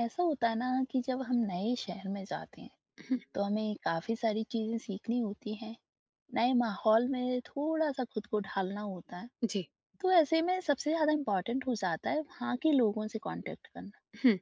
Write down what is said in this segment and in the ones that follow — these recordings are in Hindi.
ऐसा होता है ना कि जब हम नए शहर में जाते हैं हुँ, तो हमें काफी सारी चीजें सीखनी होती हैं। नए माहौल में थोड़ा सा खुद को ढालना होता है। जी। तो ऐसे में सबसे ज्यादा इम्पोर्टेंट हो जाता है वहाँ के लोगों से कांटेक्ट करना, हुँ,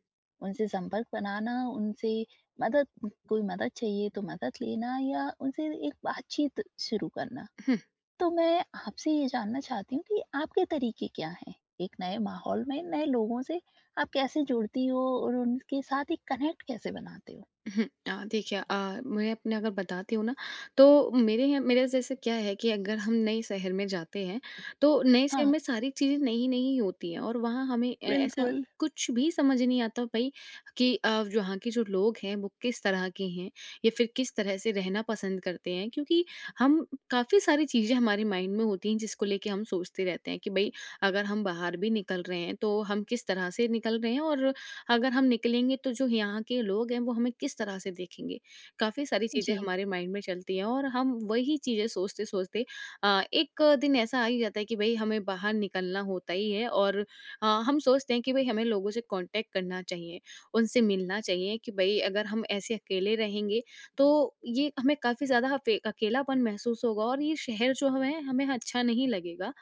उनसे संपर्क बनाना, उनसे मदद कोई मदद चाहिए तो मदद लेना या उनसे एक बातचीत शुरू करना। हुँ, तो मैं आपसे ये जानना चाहती हूँ कि आपके तरीके क्या हैं? एक नए माहौल में नए लोगों से आप कैसे जुड़ती हो और उनके साथ एक कनेक्ट कैसे बनाते हो? हुँ। देखिए, मैं अपने अगर बताती हूँ ना, तो मेरे यहाँ मेरे जैसे क्या है कि अगर हम नए शहर में जाते हैं, तो नए शहर हाँ। में सारी चीज़ें नई-नई होती हैं और वहाँ हमें ए ऐसा बिल्कुल। कुछ भी समझ नहीं आता भई, कि यहाँ के जो लोग हैं, वो किस तरह के हैं या फिर किस तरह से रहना पसंद करते हैं। क्योंकि हम काफ़ी सारी चीज़ें हमारे माइंड में होती हैं, जिसको लेके हम सोचते रहते हैं कि भई अगर हम बाहर भी निकल रहे हैं, तो हम किस तरह से निकल रहे हैं, और अगर हम निकलेंगे तो जो यहाँ के लोग हैं वो हमें किस तरह से देखेंगे। काफ़ी सारी चीज़ें जी। हमारे माइंड में चलती हैं, और हम वही चीज़ें सोचते सोचते एक दिन ऐसा आ ही जाता है कि भाई हमें बाहर निकलना होता ही है, और हम सोचते हैं कि भाई हमें लोगों से कांटेक्ट करना चाहिए, उनसे मिलना चाहिए। कि भाई अगर हम ऐसे अकेले रहेंगे, तो ये हमें काफ़ी ज़्यादा अकेलापन महसूस होगा, और ये शहर जो हमें हमें अच्छा नहीं लगेगा।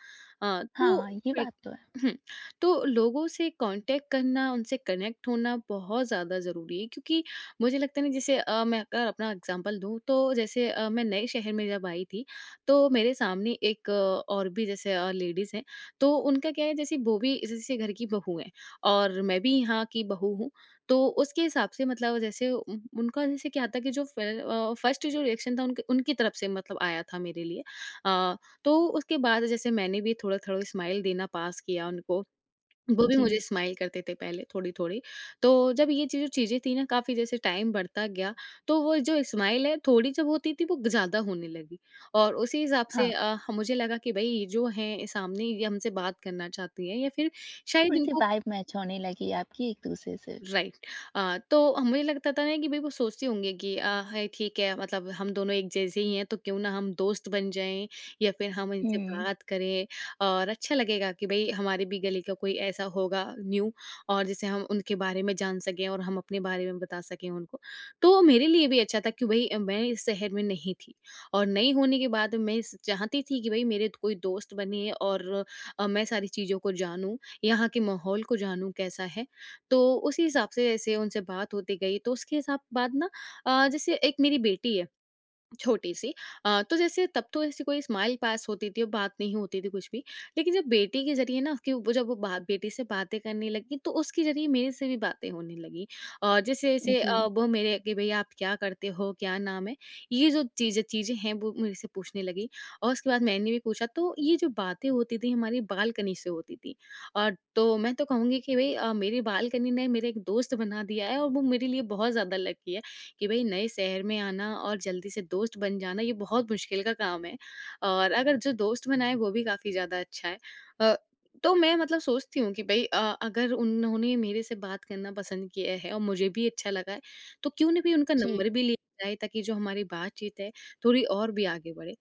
अ, तो हाँ, ये बिल- बात तो है। हम्म तो लोगों से कांटेक्ट करना, उनसे कनेक्ट होना बहुत ज़्यादा ज़रूरी है, क्योंकि मुझे लगता है ना, जैसे मैं अगर अपना एग्जांपल दूँ, तो जैसे मैं नए शहर में जब आई थी, तो मेरे सामने एक और भी जैसे लेडीज़ हैं, तो उनका क्या है, जैसे वो भी जैसे घर की बहू हैं, और मैं भी यहाँ की बहू हूँ। तो उसके हिसाब से मतलब जैसे उन उनका जैसे क्या था, कि जो फर्स्ट जो रिएक्शन था उनके उनकी तरफ से, मतलब आया था मेरे लिए। अ, तो उसके बाद जैसे मैंने भी थोड़ा-थोड़ा स्माइल देना पास किया उनको। वो भी जी, मुझे स्माइल करते थे पहले थोड़ी-थोड़ी। तो जब ये चीज़ जो चीज़ें थी ना काफ़ी, जैसे टाइम बढ़ता गया, तो वो जो स्माइल है थोड़ी जब होती थी, वो ज़्यादा होने लगी। और उसी हिसाब से हाँ। मुझे लगा कि भई ये जो हैं सामने, ये हमसे बात करना चाहती हैं, या फिर शायद थोड़ी-सी इनको। वाइब मैच होने लगी आपकी एक-दूसरे से। राइट। तो मुझे लगता था ना कि भई वो सोचती होंगी, कि है ठीक है, मतलब हम दोनों एक जैसे ही हैं, तो क्यों ना हम दोस्त बन जाएँ, या फिर हम इनसे हुँ। बात करें, और अच्छा लगेगा कि भई हमारे भी गली का कोई ऐसा होगा न्यू, और जिससे हम उनके बारे में जान सकें, और हम अपने बारे में बता सकें उनको। तो मेरे लिए भी अच्छा था कि भई मैं इस शहर में नहीं थी, और नहीं होने के बाद मैं स चाहती थी कि भई मेरे कोई दोस्त बने, और मैं सारी चीज़ों को जानूँ, यहाँ के माहौल को जानूँ कैसा है। तो उसी हिसाब से ऐसे उनसे बात होती गई, तो उसके हिसाब बाद ना, जैसे एक मेरी बेटी है, छोटी-सी। तो जैसे तब तो ऐसी कोई स्माइल पास होती थी, और बात नहीं होती थी कुछ भी। लेकिन जब बेटी के ज़रिए ना, कि वो जब वो बा बेटी से बातें करने लगी, तो उसके ज़रिए मेरे से भी बातें होने लगी। जैसे-जैसे जी, वो मेरे, कि भैया आप क्या करते हो? क्या नाम है? ये जो चीज़ें चीज़ें हैं, वो मेरे से पूछने लगी, और उसके बाद मैंने भी पूछा, तो ये जो बातें होती थी हमारी बालकनी से होती थी। तो मैं तो कहूँगी कि भई मेरी बालकनी ने मेरा एक दोस्त बना दिया है, और वो मेरे लिए बहुत ज़्यादा लकी है। कि भई नए शहर में आना और जल्दी से दोस्त बन जाना, ये बहुत मुश्किल का काम है, और अगर जो दोस्त बनाए वो भी काफ़ी ज़्यादा अच्छा है। अ, तो मैं मतलब सोचती हूँ कि भई अगर उन्होंने मेरे से बात करना पसंद किया है, और मुझे भी अच्छा लगा है, तो क्यों ना भी उनका जी, नंबर भी लिया जाए, ताकि जो हमारी बातचीत है थोड़ी और भी आगे बढ़े।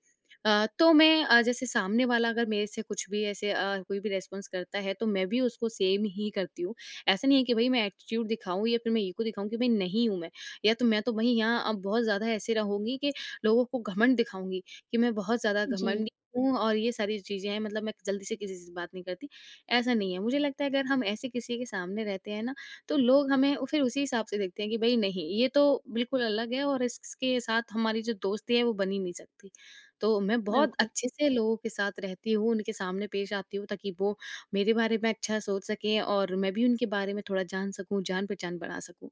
तो मैं जैसे सामने वाला अगर मेरे से कुछ भी ऐसे कोई भी रिस्पॉन्स करता है, तो मैं भी उसको सेम ही करती हूँ। ऐसा नहीं है कि भई मैं एटीट्यूड दिखाऊँ, या फिर मैं ईगो दिखाऊँ कि भई नहीं हूँ मैं। या तो मैं तो वहीं यहाँ अब बहुत ज़्यादा ऐसे रहूँगी कि लोगों को घमंड दिखाऊँगी, कि मैं बहुत ज़्यादा जी, घमंडी हूँ, और ये सारी चीज़ें हैं, मतलब मैं जल्दी से किसी से बात नहीं करती, ऐसा नहीं है। मुझे लगता है अगर हम ऐसे किसी के सामने रहते हैं ना, तो लोग हमें उ फिर उसी हिसाब से देखते हैं, कि भई नहीं, ये तो बिल्कुल अलग है, और इसके साथ हमारी जो दोस्ती है वो बन ही नहीं सकती। तो मैं बहुत बिल्कुल। अच्छे से लोगों के साथ रहती हूँ, उनके सामने पेश आती हूँ, ताकि वो मेरे बारे में अच्छा सोच सकें, और मैं भी उनके बारे में थोड़ा जान सकूँ, जान-पहचान बना सकूँ।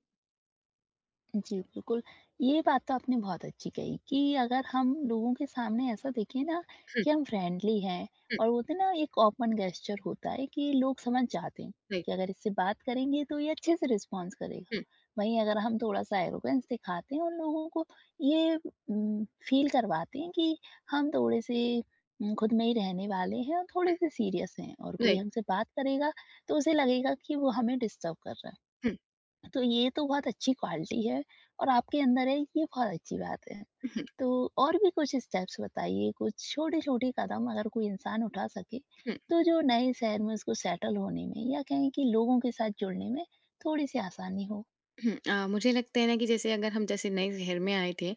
जी, बिल्कुल। ये बात तो आपने बहुत अच्छी कही कि अगर हम लोगों के सामने ऐसा दिखें ना हुँ, कि हम फ्रेंडली हैं हुँ, और वो होता है ना एक ओपन गेस्चर होता है कि लोग समझ जाते हैं जी। कि अगर इससे बात करेंगे तो ये अच्छे से रिस्पॉन्स करेगा। हुँ, वहीं अगर हम थोड़ा-सा एरोगेंस दिखाते हैं और लोगों को ये फ़ील करवाते हैं कि हम थोड़े-से खुद में ही रहने वाले हैं और हुँ, थोड़े-से सीरियस हैं और कोई राइट। हमसे बात करेगा तो उसे लगेगा कि वो हमें डिस्टर्ब कर रहा है। हुँ, तो ये तो बहुत अच्छी क्वालिटी है और आपके अंदर है ये बहुत अच्छी बात है। हुँ, तो और भी कुछ स्टेप्स बताइए, कुछ छोटे-छोटे कदम अगर कोई इंसान उठा सके, हुँ, तो जो नए शहर में उसको सेटल होने में या कहें कि लोगों के साथ जुड़ने में थोड़ी-सी आसानी हो? हुँ। मुझे लगता है ना कि जैसे अगर हम जैसे नए शहर में आए थे,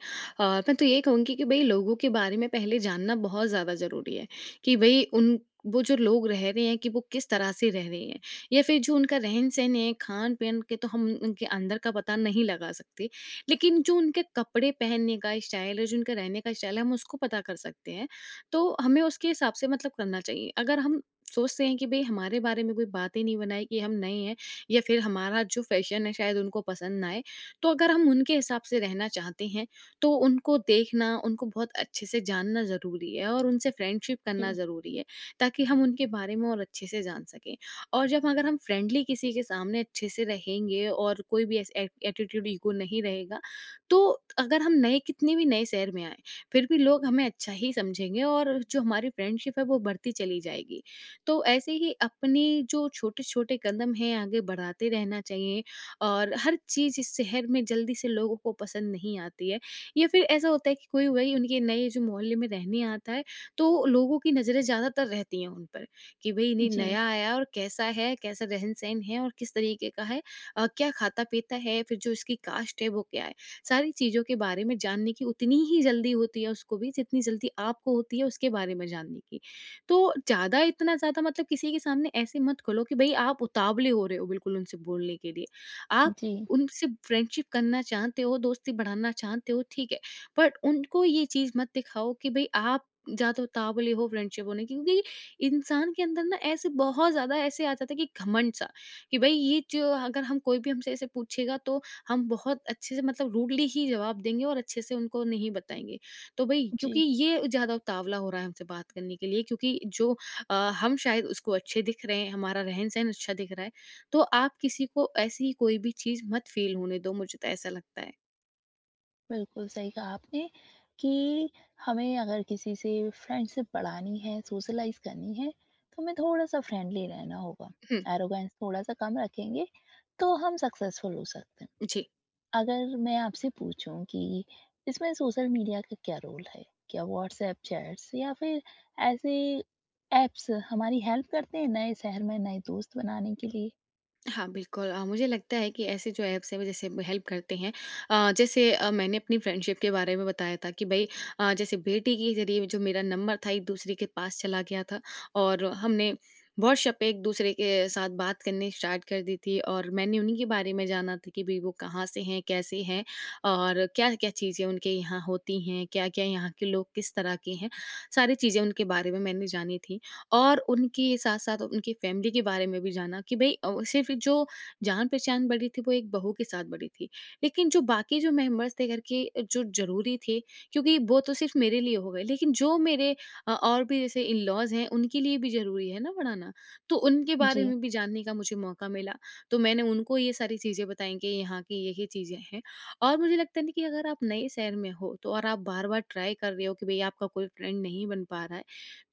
मैं तो ये कहूँगी कि भई लोगों के बारे में पहले जानना बहुत ज़्यादा ज़रूरी है, कि भई उन वो जो लोग रह रहे हैं, कि वो किस तरह से रह रहे हैं, या फिर जो उनका रहन-सहन है, खान-पीन के, तो हम उनके अंदर का पता नहीं लगा सकते। लेकिन जो उनके कपड़े पहनने का स्टाइल है, जो उनका रहने का स्टाइल है, हम उसको पता कर सकते हैं। तो हमें उसके हिसाब से मतलब करना चाहिए। अगर हम सोचते हैं कि भई हमारे बारे में कोई बात ही नहीं बनाए, कि हम नए हैं, या फिर हमारा जो फैशन है शायद उनको पसंद ना आए। तो अगर हम उनके हिसाब से रहना चाहते हैं, तो उनको देखना, उनको बहुत अच्छे से जानना ज़रूरी है, और उनसे फ्रेंडशिप करना जी, ज़रूरी है, ताकि हम उनके बारे में और अच्छे से जान सकें। और जब अगर हम फ्रेंडली किसी के सामने अच्छे से रहेंगे, और कोई भी ऐस ए एटीट्यूड ईगो नहीं रहेगा, तो अगर हम नए कितने भी नए शहर में आएँ, फिर भी लोग हमें अच्छा ही समझेंगे, और जो हमारी फ्रेंडशिप है वो बढ़ती चली जाएगी। तो ऐसे ही अपने जो छोटे-छोटे कदम हैं आगे बढ़ाते रहना चाहिए। और हर चीज़ इस शहर में जल्दी से लोगों को पसंद नहीं आती है, या फिर ऐसा होता है कि कोई वही उनके नए जो मोहल्ले में रहने आता है, तो लोगों की नज़रें ज़्यादातर रहती हैं उन पर, कि भाई इन्हें जी। नया आया, और कैसा है, कैसा रहन-सहन है, और किस तरीके का है, क्या खाता-पीता है, फिर जो इसकी कास्ट है वो क्या है। सारी चीज़ों के बारे में जानने की उतनी ही जल्दी होती है उसको भी, जितनी जल्दी आपको होती है उसके बारे में जानने की। तो ज़्यादा इतना ज़्यादा मतलब किसी के सामने ऐसे मत खोलो कि भई आप उतावले हो रहे हो बिल्कुल उनसे बोलने के लिए। आप जी। उनसे फ्रेंडशिप करना चाहते हो, दोस्ती बढ़ाना चाहते हो, ठीक है। बट उनको ये चीज़ मत दिखाओ कि भई आप ज़्यादा उतावले हो फ्रेंडशिप होने की, क्योंकि इंसान के अंदर ना ऐसे बहुत ज़्यादा ऐसे आ जाता है कि घमंड सा, कि भई ये जो अगर हम कोई भी हमसे ऐसे पूछेगा, तो हम बहुत अच्छे से मतलब रूडली ही जवाब देंगे, और अच्छे से उनको नहीं बताएँगे। तो भई क्योंकि जी, ये ज़्यादा उतावला हो रहा है हमसे बात करने के लिए, क्योंकि जो अ, हम शायद उसको अच्छे दिख रहे हैं, हमारा रहन-सहन अच्छा दिख रहा है, तो आप किसी को ऐसी कोई भी चीज़ मत फ़ील होने दो, मुझे तो ऐसा लगता है। बिल्कुल सही कहा आपने कि हमें अगर किसी से फ्रेंडशिप बढ़ानी है, सोशलाइज़ करनी है, तो हमें थोड़ा-सा फ्रेंडली रहना होगा। हुँ, एरोगेंस थोड़ा-सा कम रखेंगे, तो हम सक्सेसफुल हो सकते हैं। जी। अगर मैं आपसे पूछूं कि इसमें सोशल मीडिया का क्या रोल है? क्या व्हाट्सएप चैट्स या फिर ऐसे ऐप्स हमारी हेल्प करते हैं नए शहर में नए दोस्त बनाने के लिए? हाँ, बिल्कुल। मुझे लगता है कि ऐसे जो ऐप्स हैं वो जैसे हेल्प करते हैं। जैसे मैंने अपनी फ्रेंडशिप के बारे में बताया था कि भई जैसे बेटी के ज़रिए जो मेरा नंबर था एक-दूसरे के पास चला गया था, और हमने व्हाट्सऐप पे एक-दूसरे के साथ बात करनी स्टार्ट कर दी थी, और मैंने उन्हीं के बारे में जाना था कि भई वो कहाँ से हैं, कैसे हैं, और क्या-क्या चीज़ें उनके यहाँ होती हैं, क्या-क्या यहाँ के लोग किस तरह के हैं, सारी चीज़ें उनके बारे में मैंने जानी थी। और उनके साथ-साथ उनकी फैमिली के बारे में भी जाना कि भई सिर्फ़ जो जान-पहचान बड़ी थी, वो एक बहू के साथ बड़ी थी। लेकिन जो बाकी जो मेंबर्स थे घर के, जो ज़रूरी थे, क्योंकि वो तो सिर्फ़ मेरे लिए हो गए, लेकिन जो मेरे और भी जैसे इन-लॉज़ हैं, उनके लिए भी ज़रूरी है ना बनाना, तो उनके बारे जी, में भी जानने का मुझे मौका मिला। तो मैंने उनको ये सारी चीज़ें बताई कि यहाँ की ये-ये चीज़ें हैं, और मुझे लगता है ना कि अगर आप नए शहर में हो, तो और आप बार-बार ट्राई कर रहे हो कि भई आपका कोई फ्रेंड नहीं बन पा रहा है,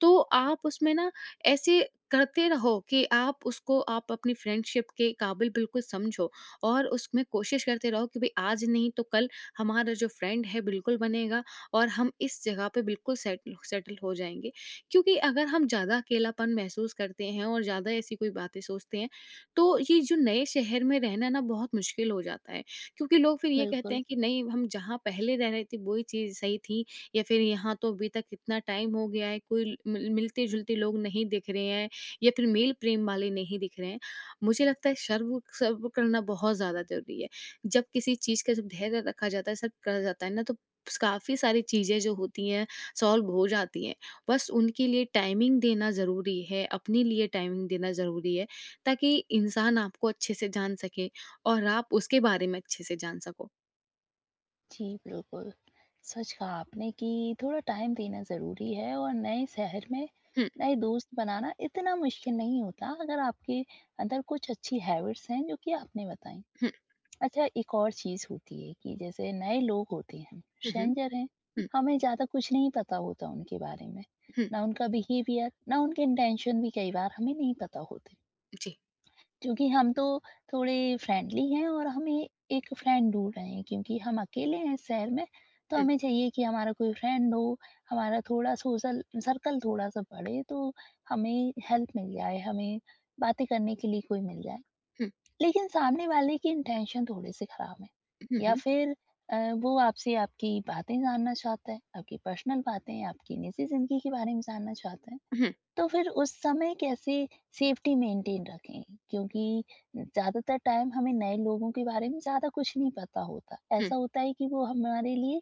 तो आप उसमें ना ऐसे करते रहो कि आप उसको आप अपनी फ्रेंडशिप के काबिल बिल्कुल समझो और उसमें कोशिश करते रहो कि भाई आज नहीं तो कल हमारा जो फ्रेंड है बिल्कुल बनेगा और हम इस जगह पे बिल्कुल सेटल सेटल हो जाएंगे। क्योंकि अगर हम ज़्यादा अकेलापन महसूस करते हैं और ज़्यादा ऐसी कोई बातें सोचते हैं, तो ये जो नए शहर में रहना ना बहुत मुश्किल हो जाता है। क्योंकि लोग फिर ये कहते बिल्कुल। हैं कि नहीं, हम जहाँ पहले रह रहे थे वही चीज़ सही थी, या फिर यहाँ तो अभी तक इतना टाइम हो गया है कोई मिलते-जुलते लोग नहीं दिख रहे हैं, या फिर मेल प्रेम वाले नहीं दिख रहे हैं। मुझे लगता है शर्व सर्व करना बहुत ज़्यादा ज़रूरी है। जब किसी चीज़ का जब धैर्य रखा जाता है, सब करा जाता है ना, तो स काफ़ी सारी चीज़ें जो होती हैं सॉल्व हो जाती हैं। बस उनके लिए टाइमिंग देना ज़रूरी है, अपने लिए टाइमिंग देना ज़रूरी है, ताकि इंसान आपको अच्छे से जान सके और आप उसके बारे में अच्छे से जान सको। जी, बिल्कुल। सच कहा आपने कि थोड़ा टाइम देना ज़रूरी है और नए शहर में हुँ, नए दोस्त बनाना इतना मुश्किल नहीं होता अगर आपके अंदर कुछ अच्छी हैबिट्स हैं जो कि आपने बताई। हुँ, अच्छा एक और चीज़ होती है कि जैसे नए लोग होते हैं, हुँ, हुँ, स्ट्रेंजर हैं, हुँ, हमें ज़्यादा कुछ नहीं पता होता उनके बारे में, हुँ, ना उनका बिहेवियर, ना उनके इंटेंशन भी कई बार हमें नहीं पता होते। जी, क्योंकि हम तो थोड़े फ्रेंडली हैं और हमें एक फ्रेंड ढूंढ रहे हैं क्योंकि हम अकेले हैं इस शहर में, तो हुँ, हमें चाहिए कि हमारा कोई फ्रेंड हो, हमारा थोड़ा सोशल सर्कल थोड़ा-सा बढ़े तो हमें हेल्प मिल जाए, हमें बातें करने के लिए कोई मिल जाए। हुँ। लेकिन सामने वाले की इंटेंशन थोड़े-से खराब है हुँ, या हुँ। फिर अ, वो आपसे आपकी बातें जानना चाहता है, आपकी पर्सनल बातें, आपकी निजी ज़िंदगी के बारे में जानना चाहता है, हुँ, तो फिर उस समय कैसे सेफ्टी मेंटेन रखें? क्योंकि ज़्यादातर टाइम हमें नए लोगों के बारे में ज़्यादा कुछ नहीं पता होता। हुँ, ऐसा होता है कि वो हमारे लिए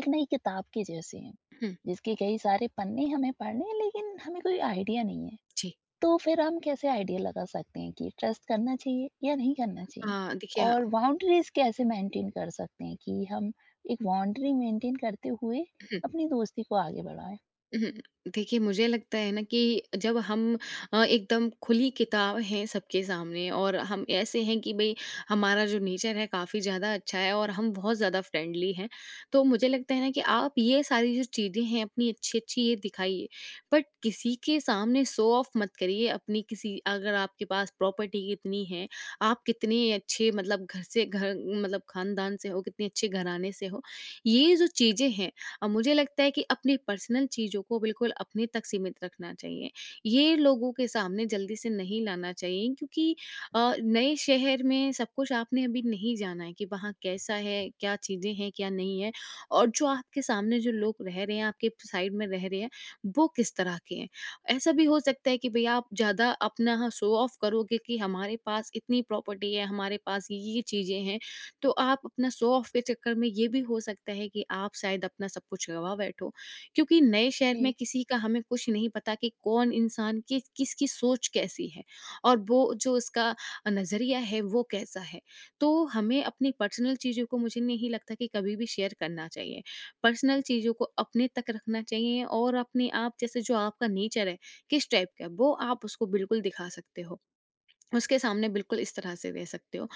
एक नई किताब के जैसे हैं, हुँ। जिसके कई सारे पन्ने हमें पढ़ने हैं लेकिन हमें कोई आइडिया नहीं है। जी। तो फिर हम कैसे आइडिया लगा सकते हैं कि ट्रस्ट करना चाहिए या नहीं करना अ, चाहिए? देखिए और हुँ। बाउंड्रीज़ कैसे मेंटेन कर सकते हैं कि हम एक बाउंड्री मेंटेन करते हुए अपनी दोस्ती को आगे बढ़ाएँ? देखिए, मुझे लगता है ना कि जब हम एकदम खुली किताब हैं सबके सामने और हम ऐसे हैं कि भाई हमारा जो नेचर है काफ़ी ज़्यादा अच्छा है और हम बहुत ज़्यादा फ्रेंडली हैं, तो मुझे लगता है ना कि आप ये सारी जो चीज़ें हैं अपनी अच्छी अच्छी ये दिखाइए। बट किसी के सामने शो ऑफ मत करिए अपनी, किसी, अगर आपके पास प्रॉपर्टी कितनी है, आप कितने अच्छे मतलब घर से घर मतलब खानदान से हो, कितने अच्छे घराने से हो, ये जो चीज़ें हैं, मुझे लगता है कि अपनी पर्सनल चीज़ों को बिल्कुल अपने तक सीमित रखना चाहिए। ये लोगों के सामने जल्दी से नहीं लाना चाहिए क्योंकि नए शहर में सब कुछ आपने अभी नहीं जाना है कि वहाँ कैसा है, क्या चीज़ें हैं, क्या नहीं है, और जो आपके सामने जो लोग रह रहे हैं, आपके साइड में रह रहे हैं, वो किस तरह के हैं। ऐसा भी हो सकता है कि भैया आप ज़्यादा अपना शो ऑफ करोगे कि हमारे पास इतनी प्रॉपर्टी है, हमारे पास ये-ये चीज़ें हैं, तो आप अपना शो ऑफ के चक्कर में ये भी हो सकता है कि आप शायद अपना सब कुछ गवा बैठो, क्योंकि नए शहर में जी, किसी का हमें कुछ नहीं पता कि कौन इंसान की किसकी सोच कैसी है और वो जो उसका नज़रिया है वो कैसा है। तो हमें अपनी पर्सनल चीज़ों को मुझे नहीं लगता कि कभी भी शेयर करना चाहिए। पर्सनल चीज़ों को अपने तक रखना चाहिए और अपने आप जैसे जो आपका नेचर है किस टाइप का है, वो आप उसको बिल्कुल दिखा सकते हो, उसके सामने बिल्कुल इस तरह से दे सकते हो।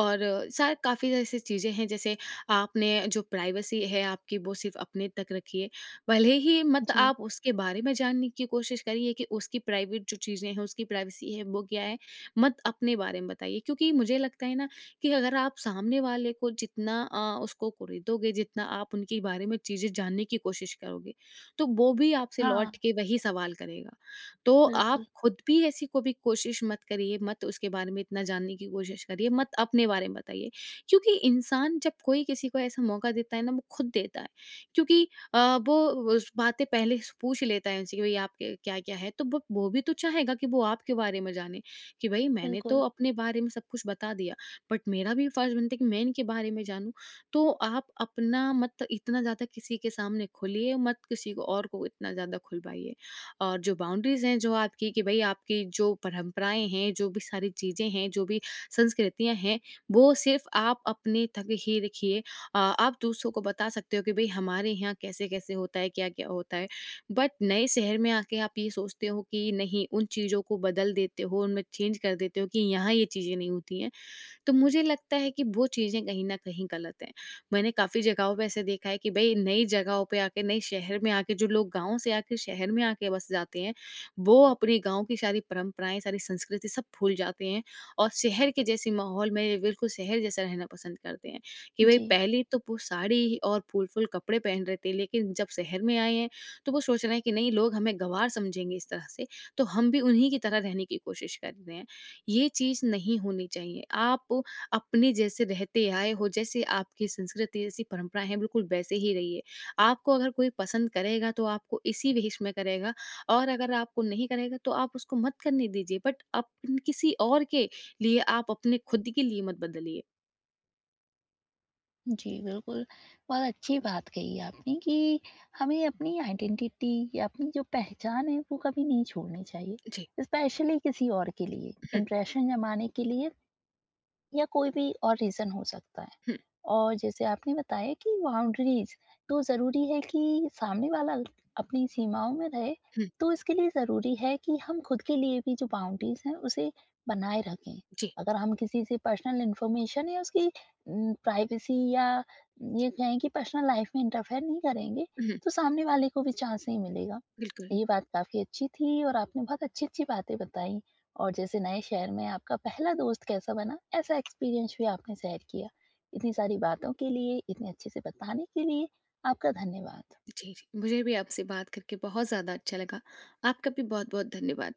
और शायद काफ़ी ऐसी चीज़ें हैं जैसे आपने जो प्राइवेसी है आपकी वो सिर्फ अपने तक रखिए। भले ही मत जी। आप उसके बारे में जानने की कोशिश करिए कि उसकी प्राइवेट जो चीज़ें हैं उसकी प्राइवेसी है वो क्या है, मत अपने बारे में बताइए। क्योंकि मुझे लगता है ना कि अगर आप सामने वाले को जितना उसको खरीदोगे, जितना आप उनके बारे में चीज़ें जानने की कोशिश करोगे, तो वो भी आपसे हाँ, लौट के वही सवाल करेगा। तो आप बिल्कुल, खुद भी ऐसी को भी कोशिश मत करिए, मत उसके बारे में इतना जानने की कोशिश करिए, मत अपने बारे में बताइए। क्योंकि इंसान जब कोई किसी को ऐसा मौका देता है ना, वो खुद देता है। क्योंकि वो उस बातें पहले से पूछ लेता है उनसे कि भई आपके क्या-क्या है? तो वो भी तो चाहेगा कि वो आपके बारे में जाने कि भई मैंने तो बिल्कुल। अपने बारे में सब कुछ बता दिया, बट मेरा भी फर्ज़ बनता है कि मैं इनके बारे में जानूँ। तो आप अपना मत इतना ज़्यादा किसी के सामने खोलिए, मत किसी को और को इतना ज़्यादा खुलवाइए। और जो बाउंड्रीज़ हैं जो आपकी कि भई आपकी जो परंपराएँ हैं, जो भी सारी चीज़ें हैं, जो भी संस्कृतियाँ हैं, वो सिर्फ़ आप अपने तक ही रखिए। आप दूसरों को बता सकते हो कि भई हमारे यहाँ कैसे-कैसे होता है, क्या-क्या होता है। बट नए शहर में आके आप ये सोचते हो कि नहीं, उन चीज़ों को बदल देते हो, उनमें चेंज कर देते हो कि यहाँ ये चीज़ें नहीं होती हैं, तो मुझे लगता है कि वो चीज़ें कहीं न कहीं गलत हैं। मैंने काफ़ी जगहों पे ऐसे देखा है कि भई नई जगहों पे आके, नए शहर में आके जो लोग गाँव से आके शहर में आके बस जाते हैं, वो अपने गाँव की सारी परंपराएँ, सारी संस्कृति सब भूल जाते हैं और शहर के जैसे माहौल में बिल्कुल शहर जैसा रहना पसंद करते हैं कि भई जी, पहले तो वो साड़ी और फूल-फूल कपड़े पहन रहे थे, लेकिन जब शहर में आए हैं, तो वो सोच रहे हैं कि नहीं लोग हमें गँवार समझेंगे इस तरह से, तो हम भी उन्हीं की तरह रहने की कोशिश कर रहे हैं। ये चीज़ नहीं होनी चाहिए। आप अपने जैसे रहते आए हो, जैसे आपकी संस्कृति, जैसी परंपराएँ हैं, बिल्कुल वैसे ही रहिए। आपको अगर कोई पसंद करेगा, तो आपको इसी भेष में करेगा, और अगर आपको नहीं करेगा, तो आप उसको मत करने दीजिए, बट अपन किसी और के लिए आप अपने खुद के लिए मत बदलिए। जी, बिल्कुल। बहुत अच्छी बात कही आपने कि हमें अपनी आइडेंटिटी या अपनी जो पहचान है वो कभी नहीं छोड़नी चाहिए, जी। स्पेशली किसी और के लिए, हुँ, इम्प्रेशन जमाने के लिए या कोई भी और रीज़न हो सकता है। हुँ, और जैसे आपने बताया कि बाउंड्रीज तो ज़रूरी है कि सामने वाला अपनी सीमाओं में रहे, हुँ। तो इसके लिए ज़रूरी है कि हम खुद के लिए भी जो बाउंड्रीज हैं, उसे बनाए रखें। जी। अगर हम किसी से पर्सनल इन्फॉर्मेशन या उसकी प्राइवेसी या ये कहें कि पर्सनल लाइफ में इंटरफेयर नहीं करेंगे, हुँ, तो सामने वाले को भी चांस नहीं मिलेगा। बिल्कुल। ये बात काफ़ी अच्छी थी और आपने बहुत अच्छी-अच्छी बातें बताई और जैसे नए शहर में आपका पहला दोस्त कैसा बना, ऐसा एक्सपीरियंस भी आपने शेयर किया। इतनी सारी बातों के लिए, इतने अच्छे से बताने के लिए आपका धन्यवाद। जी, जी। मुझे भी आपसे बात करके बहुत ज़्यादा अच्छा लगा। आपका भी बहुत-बहुत धन्यवाद।